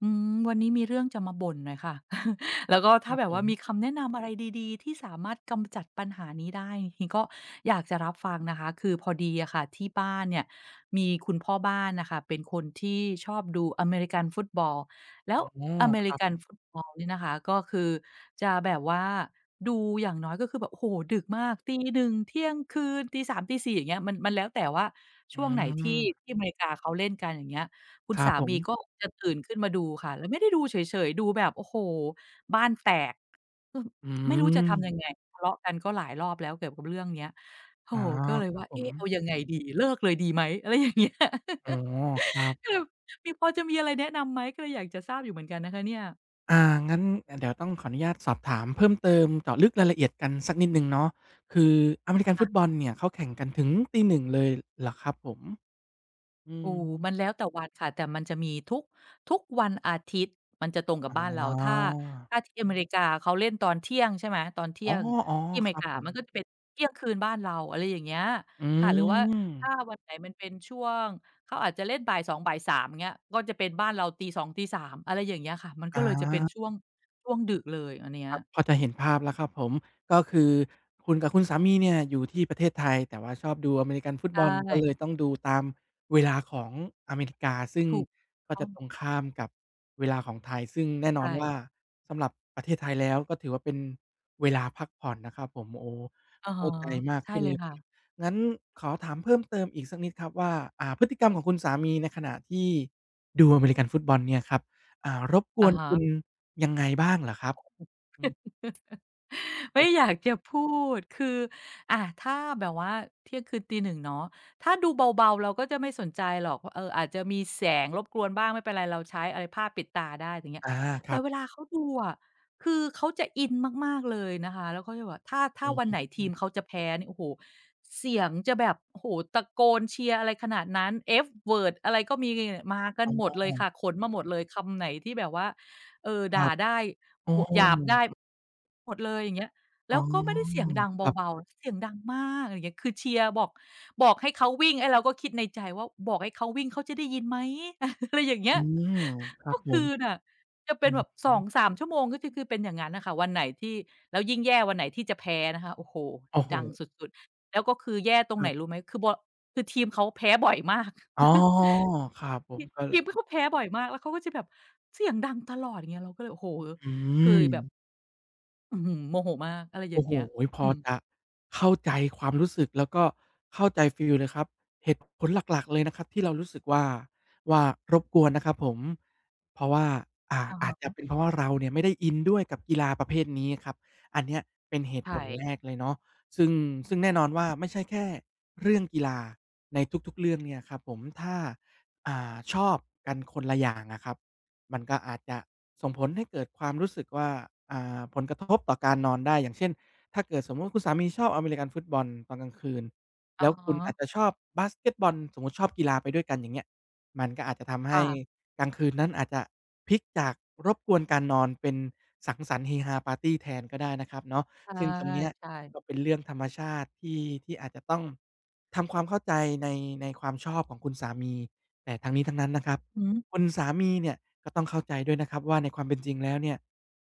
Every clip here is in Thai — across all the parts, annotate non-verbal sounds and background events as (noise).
อืมวันนี้มีเรื่องจะมาบ่นหน่อยค่ะ (laughs) แล้วก็คถ้ารับแบบผว่ามมีคำแนะนำอะไรดีๆที่สามารถกำจัดปัญหานี้ได้จริงๆก็อยากจะรับฟังนะคะคือพอดีอะค่ะที่บ้านเนี่ยมีคุณพ่อบ้านนะค่ะเป็นคนที่ชอบดูอเมริกันฟุตบอลแล้วอ๋ออเมคริรักันบฟุตบอลเนี่ยนะคะก็คือจะแบบว่าดูอย่างน้อยก็คือแบบโอ้โหดึกมากตีหนึ่งเที่ยงคืนตีสามตีสี่อย่างเงี้ยมันแล้วแต่ว่าอืช่วงไหนที่มที่อเมริกาเขาเล่นกันอย่างเงี้ย คุณครับสาผมีมก็จะตื่นขึ้นมาดูค่ะ แล้วไม่ได้ดูเฉยๆ ดูแบบโอ้โฮบ้านแตกคืออืไม่รู้จะทำยังมไงทะเลาะกันก็หลายรอบแล้วเกี่ยวกับเรื่องเนี้ยโอ้อ๋อโฮก็เลยครับว่าผมเอ๊ะเอายังไงดีเลิกเลยดีไหมอะไรอย่างเงี้ย (laughs) อ๋อครับก็เลยมีพอจะมีอะไรแนะนำไหมก็เลยอยากจะทราบอยู่เหมือนกันนะคะเนี่ย อ่างั้นเดี๋ยวต้องขออนุญาตสอบถามเพิ่มเติมเจาะลึกรายละเอียดกันสักนิดหนึ่งเนาะคืออเมริกันฟุตบอลเนี่ยเขาแข่งกันถึงตี่หนึงเลยเหรอครับผมอืโอ้มมันแล้วแต่วันค่ะ แต่มันจะมีทุกวันอาทิตย์มันจะตรงกับอ๋บ้านเราถ้าอถ้าที่อเมริกาเขาเล่นตอนเที่ยงใช่ไหมตอนเที่อ๋ยองที่อเมๆคริรับกาผมัมนก็จะเป็นเที่ยงคืนบ้านเราอะไรอย่างเงี้ยอืค่ะหรือว่าถ้ามวันไหนมันเป็นช่วงเขาอาจจะเล่นบ่ายสองบ่ายสามเงี้ยก็จะเป็นบ้านเราตีสองตีสามอะไรอย่างเงี้ยค่ะมันก็อา เลยจะเป็นช่วงช่วงดึกเลยอันเนี้ยครับพอจะเห็นภาพแล้วครับผมก็คือคุณกับคุณสามีเนี่ยอยู่ที่ประเทศไทยแต่ว่าชอบดูอเมริกันฟุตใชบอลก็เลย่ต้องดูตามเวลาของอเมริกาซึ่งถูกก็ต้อจะงตรงข้ามกับเวลาของไทยซึ่งแน่นอนว่าใช่สำหรับประเทศไทยแล้วก็ถือว่าเป็นเวลาพักผ่อนนะครับผมโอ้อะฮะเข้าใจมากใช่ขึ้นเลเลยยครับค่ะงั้นขอถามเพิ่มเติมอีกสักนิดครับว่าพฤติกรรมของคุณสามีในขณะที่ดูอเมริกันฟุตบอลเนี่ยครับรบกอะวนฮะ คุณยังไงบ้างเหรอครับอืม (laughs) คไม่รัอบยากจะพูดคือถ้าแบบว่าเที่ยงคืนตีหนึ่งเนาะถ้าดูเบาๆเราก็จะไม่สนใจหรอกเอออาจจะมีแสงรบกวนบ้างไม่เป็นไรเราใช้อะไรผ้าปิดตาได้อย่างเงี้ยอาคแต่รับเวลาเขาดูอะคือเขาจะอินมากๆเลยนะคะแล้วเขาจะแบบถ้าอืวันไหนทีมมเขาจะแพ้นี่โอ้โฮเสียงจะแบบโอ้โฮตะโกนเชียร์อะไรขนาดนั้น F word อะไรก็มีมากันอ๋หมดอเลยค่ะขนมาหมดเลยคำไหนที่แบบว่าเออครัด่าบได้อ้อบหยาบได้ หมดเลยอย่างเงี้ยอ๋แล้วก็ไม่ได้อเสียงดังครัเบาบๆเสียงดังมากอะไรอย่างเงี้ยคือเชียร์บอกให้เขาวิ่งไอ้เราก็คิดในใจว่าบอกให้เขาวิ่งเขาจะได้ยินไหม (laughs) อะไรอย่างเงี้อืยมครัก็บผคืมอน่ะจะเป็อืนแบอบฮึ2-3ชั่วโมงก็จะคือเป็นอย่างงั้นน่ะค่ะวันไหนที่แล้วยิ่งแย่วันไหนที่จะแพ้นะคะโอ้โฮโอ้โฮดังสุดๆแล้วก็คือแย่ตรงคไหนรัรู้บไหมคือบัวคือทีมเขาแพ้บ่อยมาก อ๋อ (laughs) ครับผมก็ทีมเขาแพ้บ่อยมากแล้วเขาก็จะแบบเสียงดังตลอดอย่างเงี้ยเราก็เลยโอ้โฮอืคือม แบบ อื้อฮือโมโหมากอะไรอย่าโอ้งโฮเงี้ยพอือมจะเข้าใจความรู้สึกแล้วก็เข้าใจฟีลเลยครับเหตุผลหลักๆเลยนะครับที่เรารู้สึกว่าว่ารบกวนนะครับผมเพราะว่าอะอาฮะจจะเป็นเพราะว่าเราเนี่ยไม่ได้อินด้วยกับกีฬาประเภทนี้ครับอันเนี้ยเป็นเหตุใช่ผลแรกเลยเนาะซึ่งซึ่งแน่นอนว่าไม่ใช่แค่เรื่องกีฬาในทุกๆเรื่องเนี่ยครับผมถ้าชอบกันคนละอย่างอะครับมันก็อาจจะส่งผลให้เกิดความรู้สึกว่าผลกระทบต่อการนอนได้อย่างเช่น ถ้าเกิดสมมติว่าคุณสามีชอบอเมริกันฟุตบอลตอนกลางคืนอะแล้วฮะคุณอาจจะชอบบาสเกตบอลสมมุติชอบกีฬาไปด้วยกันอย่างเงี้ยมันก็อาจจะทำให้ค่ะกลางคืนนั้นอาจจะพลิกจากรบกวนการนอนเป็นสังสรรค์เฮฮาปาร์ตีแทนก็ได้นะครับเนาะใช่ ซึ่งตรงเนี้ยใช่ก็เป็นเรื่องธรรมชาติที่อาจจะต้องทำความเข้าใจในในความชอบของคุณสามีแต่ทั้งนี้ทั้งนั้นนะครับอือฮึคุณสามีเนี่ยก็ต้องเข้าใจด้วยนะครับว่าในความเป็นจริงแล้วเนี่ย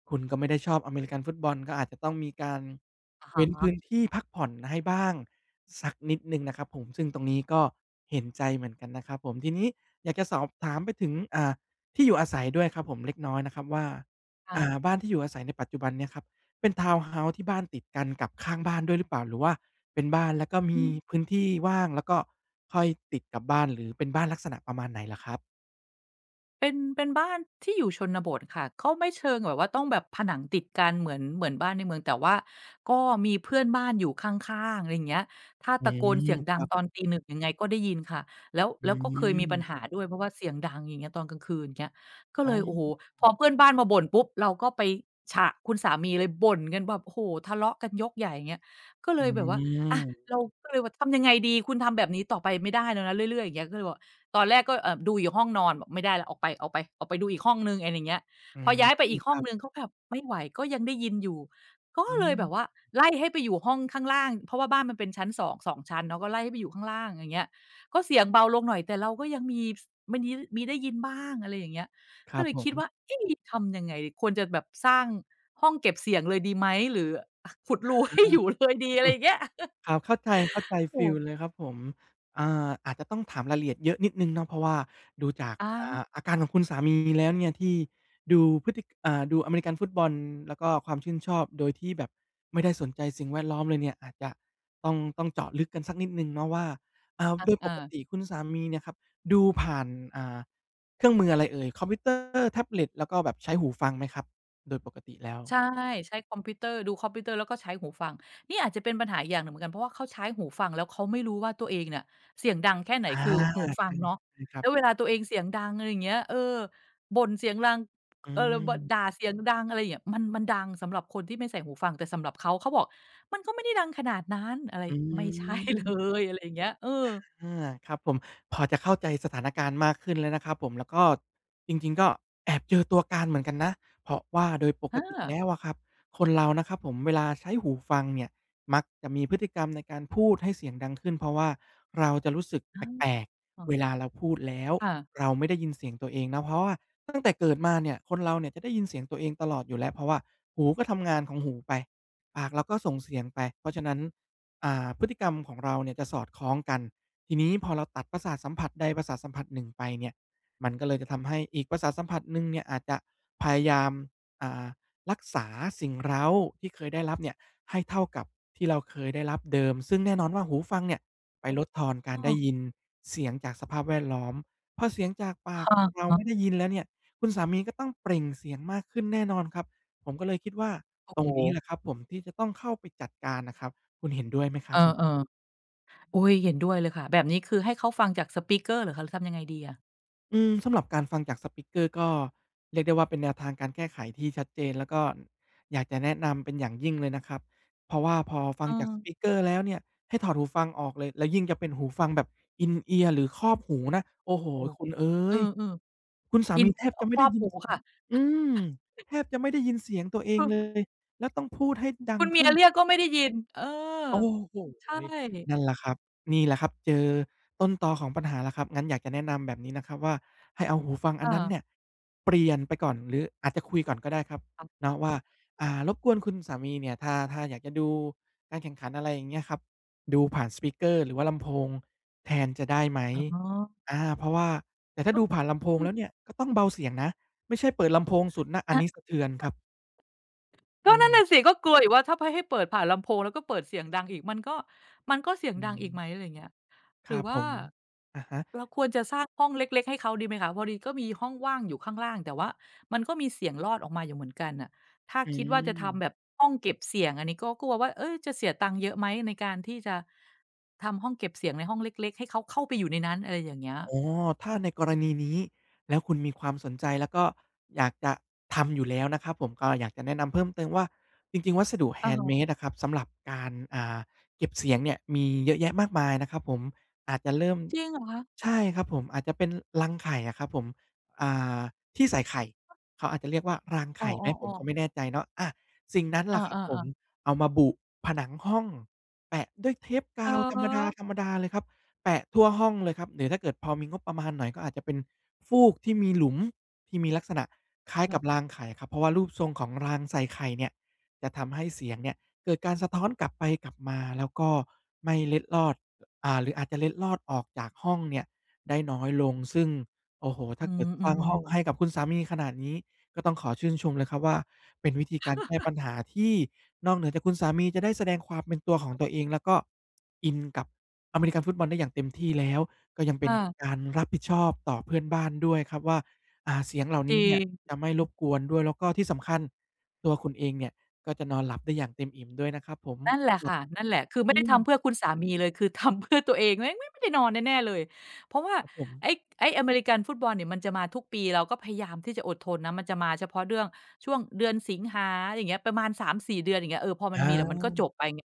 คุณก็ไม่ได้ชอบอเมริกันฟุตบอลก็อาจจะต้องมีการอะฮะเว้นพื้นที่พักผ่อนให้บ้างสักนิดหนึ่งนะครับผมซึ่งตรงนี้ก็เห็นใจเหมือนกันนะครับผมทีนี้อยากจะสอบถามไปถึงที่อยู่อาศัยด้วยครับผมเล็กน้อยนะครับว่าค่ะ บ้านที่อยู่อาศัยในปัจจุบันเนี่ยครับเป็นทาวน์เฮาส์ที่บ้านติดกันกับข้างบ้านด้วยหรือเปล่าหรือว่าเป็นบ้านแล้วก็มีพื้นที่ว่างแล้วก็ค่อยติดกับบ้านหรือเป็นบ้านลักษณะประมาณไหนเหรอครับเป็นบ้านที่อยู่ชนบทค่ะก็ไม่เชิงแบบว่าต้องแบบผนังติดกันเหมือนบ้านในเมืองแต่ว่าก็มีเพื่อนบ้านอยู่ข้างๆอะไรอย่างเงี้ยถ้าอืตะโกนมเสียงดัคงรับตอนตีหนึ่งยังไงก็ได้ยินค่ะแล้วอืแล้วก็เคยมีมปัญหาด้วยเพราะว่าเสียงดังอย่างเงี้ยตอนกลางคืนอย่างเงี้ยก็เลอ๋ยโอ้โฮอพอเพื่อนบ้านมาบ่นปุ๊บเราก็ไปฉะคุณสามีเลยบ่นกันแบบโอ้โฮทะเลาะกันยกใหญ่อย่างเงี้ยก็เลอืยแบบว่าอะม เราก็เลยว่าทำยังไงดีคุณทำแบบนี้ต่อไปไม่ได้แล้วนะเรื่อยๆอย่างเงี้ยก็เลยบอก ตอนแรกก็ดูอยู่ห้องนอนบอกไม่ได้แล้วออกไปออกไปออกไปดูอีกห้องหนึ่งอะไรอย่างเงี้ยอืพอมย้ายไปอีกคห้องรัหนึ่งบก็แบบไม่ไหวก็ยังได้ยินอยู่ก็อืเลยมแบบว่าไล่ให้ไปอยู่ห้องข้างล่างเพราะว่าบ้านมันเป็นชั้น2 2ชั้นเนาะก็ไล่ให้ไปอยู่ข้างล่างอย่างเงี้ยก็เสียงเบาลงหน่อยแต่เราก็ยังมีสมันยี้มีได้ยินบ้างอะไรอย่างเงี้ยคก็รับเลยผคิดว่ามเอ๊ะทำยังไงดีควรจะแบบสร้างห้องเก็บเสียงเลยดีไหมหรืออะขุดรู อา (laughs) (laughs) ให้อยู่เลยดีอะไรอย่างเงี้ยครับเข้าใจเข้าใจโอ้ฟีลเลยครับผมอาจจะต้องถามรายละเอียดเยอะนิดหนึ่งเนาะเพราะว่าดูจากอาอาการของคุณสามีแล้วเนี่ยที่ดูพฤติอ่าดูอเมริกันฟุตบอลแล้วก็ความชื่นชอบโดยที่แบบไม่ได้สนใจสิ่งแวดล้อมเลยเนี่ยอาจจะต้องเจาะลึกกันสักนิดหนึ่งเนาะว่าอะโดยปอา กติคุณสามีเนี่ยครับดูผ่านอ่าเครื่องมืออะไรเอ่ยคอมพิวเตอร์แท็บเล็ตแล้วก็แบบใช้หูฟังไหมครับโดยปกติแล้ว ใช่ใช้คอมพิวเตอร์ดูคอมพิวเตอร์แล้วก็ใช้หูฟังนี่อาจจะเป็นปัญหาอีกอย่างหนึ่งเหมือนกันเพราะว่าเขาใช้หูฟังแล้วเขาไม่รู้ว่าตัวเองเนี่ยเสียงดังแค่ไหนอาคือหูฟังใช่เนาะใช่ครัแล้บวเวลาตัวเองเสียงดังอะไรอย่างเงี้ยบ่นเสียงดังอืเออบด่ามเสียงดังอะไรอย่างเงี้ยมันดังสำหรับคนที่ไม่ใส่หูฟังแต่สำหรับเขาเขาบอกมันก็ไม่ได้ดังขนาดนั้นอะไรอืไม่ใช่เลม ยอะไรอย่างเงี้ยเอออาครับผมพอจะเข้าใจสถานการณ์มากขึ้นแล้วนะครับผมแล้วก็จริงๆก็แอบเจอตัวการเหมือนกันนะเพราะว่าโดยปอกติาแล้วอะครับคนเรานะครับผมเวลาใช้หูฟังเนี่ยมักจะมีพฤติกรรมในการพูดให้เสียงดังขึ้นเพราะว่าเราจะรู้สึกแอาปลกๆเวลาเราพูดแล้วค่ะเราไม่ได้ยินเสียงตัวเองนะเพราะว่าตั้งแต่เกิดมาเนี่ยคนเราเนี่ยจะได้ยินเสียงตัวเองตลอดอยู่แล้วเพราะว่าหูก็ทำงานของหูไปปากเราก็ส่งเสียงไปเพราะฉะนั้นพฤติกรรมของเราเนี่ยจะสอดคล้องกัน ทีนี้พอเราตัดประสาทสัมผัสใดประสาทสัมผัสหนึ่งไปเนี่ยมันก็เลยจะทำให้อีกประสาทสัมผัสหนึ่งเนี่ยอาจจะพยายามอ่ารักษาสิ่งเร้าที่เคยได้รับเนี่ยให้เท่ากับที่เราเคยได้รับเดิมซึ่งแน่นอนว่าหูฟังเนี่ยไปอ๋ลดอทอนการได้ยินเสียงจากสภาพแวดล้อมพอเสียงจากปากค่เราะไม่ได้ๆยินแล้วเนี่ยคุณสามีก็ต้องเปล่งเสียงมากขึ้นแน่นอนครับผมก็เลยคิดว่าโอ้ตรโฮงนี้แหละครับผมที่จะต้องเข้าไปจัดการน่ะครับคุณเห็นด้วยไหมครัเอบ อๆ อุ๊ยเห็นด้วยเลยค่ะแบบนี้คือให้เขาฟังจากสปีกเกอร์เหรอคะหรือทำยังไงดีอะอืมสำหรับการฟังจากสปีกเกอร์ก็เรียกได้ว่าเป็นแนวทางการแก้ไขที่ชัดเจนแล้วก็อยากจะแนะนำเป็นอย่างยิ่งเลยนะครับเพราะว่าพอฟัเอองจากสปีกเกอร์แล้วเนี่ยให้ถอดหูฟังออกเลยแล้วยิ่งจะเป็นหูฟังแบบ In-ear หรือครอบหูนะโอ้โฮโอ้โฮคุณเอ๋เอยอคุณสาๆอินมีแทบจะไม่ครได้อบยินหูค่ะอืมแทบจะไม่ได้ยินเสียงตัวเองคุเลณยแล้วต้องพูดให้ดัคุงณเมียขึ้น เรียกก็ไม่ได้ยินเออโอ้โฮใช่นั่นแหละครับนี่แหละครับเจอต้นตอของปัญหาแล้วครับงั้นอยากจะแนะนำแบบนี้นะครับว่าให้เอาหูฟังอันอานั้นเนี่ยเปลี่ยนไปก่อนหรืออาจจะคุยก่อนก็ได้ครับทำเนาะค่ะว่ารบกวนคุณสามีเนี่ยถ้าอยากจะดูการแข่งขันอะไรอย่างเงี้ยครับดูผ่านสปีกเกอร์หรือว่าลำโพงแทนจะได้ไหมอ๋ออาเพราะว่าแต่ถ้าดูผ่านลำโพงอืมแล้วเนี่ยก็ต้องเบาเสียงนะไม่ใช่เปิดลำโพงสุดนะอันนี้อา สะเทือนครับอืก็นั่นน่ะสิมก็กลัวอยู่ว่าถ้าไปให้เปิดผ่านลำโพงแล้วก็เปิดเสียงดังอีกมันก็เสียงอืดังอีกไหมอะไรมอย่างเงี้ยคหรืรัอบผว่ามอะฮะเราควรจะสร้างห้องเล็กๆให้เขาดีไหมคะพอดีก็มีห้องว่างอยู่ข้างล่างแต่ว่ามันก็มีเสียงรอดออกมาอยู่เหมือนกันน่ะถ้าอืคิดว่าม จะทำแบบห้องเก็บเสียงอันนี้ก็กลัวว่าเอ๊ยจะเสียตังค์เยอะไหมในการที่จะทำห้องเก็บเสียงในห้องเล็กๆให้เขาเข้าไปอยู่ในนั้นอะไรอย่างเงี้ยอ๋อถ้าในกรณีนี้แล้วคุณมีความสนใจแล้วก็อยากจะทำอยู่แล้วนะครับผมก็อยากจะแนะนำเพิ่มเติมว่าจริงๆวัสดุ อะฮะ handmade อะครับสำหรับการเก็บเสียงเนี่ยมีเยอะแยะมากมายนะครับผมอาจจะเริ่มจริงเหรอคะใช่ครับผมอาจจะเป็นรังไข่อะครับผมอ่าที่ใส่ไข่เขาอาจจะเรียกว่ารางอ้อไข่ไหมผมก็ๆไม่ๆแน่ใจเนาะอาสิ่งนั้นอล่ะครับผมาๆๆเอามาบุผนังห้องแปะด้วยเทปเหรกาวธรรมอดาๆเลยครับ แปะทั่วห้องเลยครับหรือถ้าเกิดพอมีงบประมาณหน่อยก็อาจจะเป็นฟูกที่มีหลุมที่มีลักษณะคล้ายเหรอกับรางไข่ครับเพราะว่ารูปทรงของรางใส่ไข่เนี่ยจะทำให้เสียงเนี่ยเกิดการสะท้อนกลับไปกลับมาแล้วก็ไม่เล็ดลอดหรืออาจจะเล็ดลอดออกจากห้องเนี่ยได้น้อยลงซึ่งโอ้โฮอืถ้าเกิดสร้างมห้องๆให้กับคุณสามีขนาดนี้ก็ต้องขอชื่นชมเลยครับว่าเป็นวิธีการแก้ปัญหาที่นอกเหนือจากคุณสามีจะได้แสดงความเป็นตัวของตัวเองแล้วก็อินกับ อเมริกันฟุตบอลได้อย่างเต็มที่แล้วก็ยังเป็นอาการรับผิดชอบต่อเพื่อนบ้านด้วยครับว่าเสียงเหล่าจนี้ริเนี่ยง จะไม่รบกวนด้วยแล้วก็ที่สำคัญตัวคุณเองเนี่ยก็จะนอนหลับได้อย่างเต็มอิ่มด้วยนะครับผมนั่นแหละแบบค่ะนั่นแหละคือไม่อืได้มทำเพื่อคุณสามีเลย คือทำเพื่อตัวเองแม่งไม่ได้นอนแน่ๆเลย เพราะว่าครับผไอ้มไอ้อเมริกันฟุตบอลเนี่ยมันจะมาทุกปี เราก็พยายามที่จะอดทนนะ มันจะมาเฉพาะเรื่องช่วงเดือนสิงหาอย่างเงี้ยประมาณ3-4เดือนอย่างเงี้ยเออพอมันมีเดี๋ยวมันอาก็จบไปไง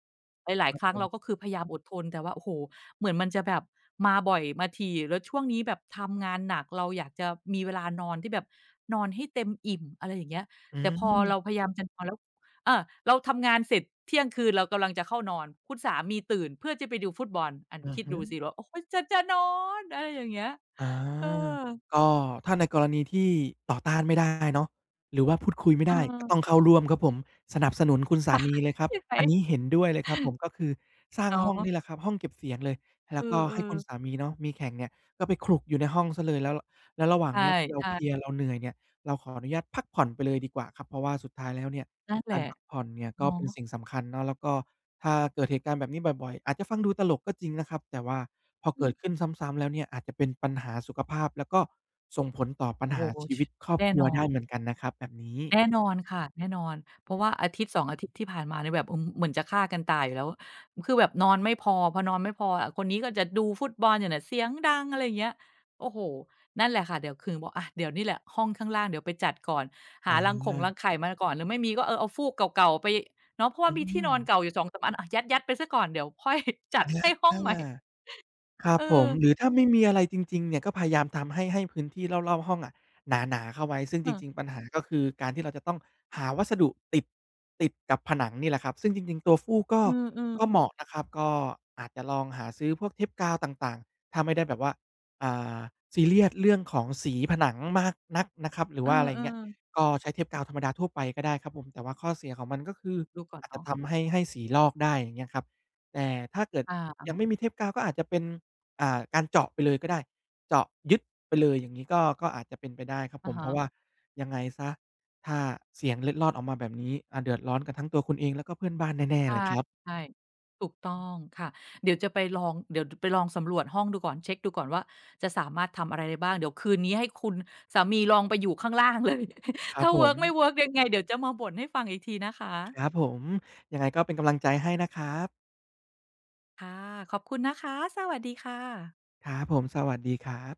หลายผๆครั้งเราก็มคือพยายามอดทน แต่ว่าโอ้โฮเหมือนมันจะแบบมาบ่อยมาถี่แล้วช่วงนี้แบบทำงานหนักเราอยากจะมีเวลานอนที่แบบนอนให้เต็มอิ่มอะไรอย่างเงี้ยอืแต่พอเราพมยายามจะนอนแล้ว เออเราทำงานเสร็จเที่ยงคืนเรากำลังจะเข้านอนคุณสามีตื่นเพื่อจะไปดูฟุตบอลอันอือคิดฮึ ดูสิว่าโอ๊ยฉันจะนอนอะไรอย่างเงี้ยอเออาก็ถ้าในกรณีที่ต่อต้านไม่ได้เนาะหรือว่าพูดคุยไม่เได้ ก็ต้องออเข้าร่วมครับผม สนับสนุนคุณสามีเลยครับ ใช่ไหอันนี้มเห็นด้วยเลยครับผม ก็คือสร้าเนงห้องนี่แหาะละครับ ห้องเก็บเสียงเลย เอแล้วก็ให้อคุณสาๆมีเนาะมีแข่งเนี่ย ก็ไปขลุกอยู่ในห้องเสียเลยแล้วแล้วระหว่าใงเนี้ยเราเพลียช่เราเหนื่อยเนี่ย เราขออนุญาตพักผ่อนไปเลยดีกว่าครับเพราะว่าสุดท้ายแล้วเนี่ย ๆนั่นแหการละพักผ่อนเนี่ยก็เนาะเป็นสิ่งสำคัญเนาะแล้วก็ถ้าเกิดเหตุการณ์แบบนี้บ่อยๆอาจจะฟังดูตลกก็จริงนะครับแต่ว่าพออืเกิมดขึ้นซ้ำๆแล้วเนี่ยอาจจะเป็นปัญหาสุขภาพแล้วก็ส่งผลต่อปัญโอ้โฮหาชีชวิตครอบแน่ครันวอได้น เหมือนกันนะครับแบบนี้แน่นอนค่ะแน่นอนเพอืราะมว่าอาทิตย์2องอาทิตย์ที่ผ่านมาเนี่ยแบบอืมเหมือนจะฆ่ากันตายอยู่แล้วคือแบบนอนไม่พออะคนนี้ก็จะดูฟุตบอลอยู่เนี่ยเสียงดังอะไรอย่างเงี้ยโอ้โฮนั่นแหละค่ะเดี๋ยวคือบอกอะเดี๋ยวนี่แหละห้องข้างล่างเดี๋ยวไปจัดก่อนอหารังาไข่มาก่อนหรือไม่มีก็เออเอาฟูกเก่าๆไปเนาะเพราะว่าอืมีที่มนอนเก่าอยู่สองสามอันอะยัดๆไปเสียก่อนเดี๋ยวค่อย (laughs) จัดให้ห้องใหม่อา ครับเอผมอหรือถ้าไม่มีอะไรจริงๆเนี่ยก็พยายามทำให้พื้นที่รอบๆห้องอะหนาๆเข้าไว้ซึ่งเอจอริงๆปัญหาก็คือการที่เราจะต้องหาวัสดุติดกับผนังนี่แหละครับซึ่งจริงๆตัวฟูกก็เออก็ๆเหมาะนะครับก็อาจจะลองหาซื้อพวกเทปกาวต่างๆถ้าไม่ได้แบบว่าอ่าซีเรียสเรื่องของสีผนังมากนักนะครับหรือเออว่าอะไรอย่างเงี้ยๆก็ใช้เทปกาวธรรมดาทั่วไปก็ได้ครับผมแต่ว่าข้อเสียของมันก็คือดูก่อนอาจจะเนาะทำให้สีลอกได้อย่างเงี้ยครับแต่ถ้าเกิดอายังไม่มีเทปกาวก็อาจจะเป็น การเจาะไปเลยก็ได้เจาะยึดไปเลยอย่างงี้ก็อาจจะเป็นไปได้ครับผอะมเพฮะ ราะว่ายังไงเสียถ้าเสียงเล็ดลอดออกมาแบบนี้เดือดร้อนกันทั้งตัวคุณเองแล้วก็เพื่อนบ้านแน่ๆใช่เลยครับใช่ถูกต้องค่ะ เดี๋ยวจะไปลองเดี๋ยวไปลองสำรวจห้องดูก่อนเช็กดูก่อนว่าจะสามารถทำอะไรได้บ้างเดี๋ยวคืนนี้ให้คุณสามีลองไปอยู่ข้างล่างเลย ค (laughs) รับถ้าผเวิร์มกไม่เวิร์กยังไงเดี๋ยวจะมาบ่นให้ฟังอีกทีนะคครับะ ผมยังไงก็เป็นกำลังใจให้นะครับค่ะขอบคุณนะคะสวัสดีค่ะครับผมสวัสดีครับ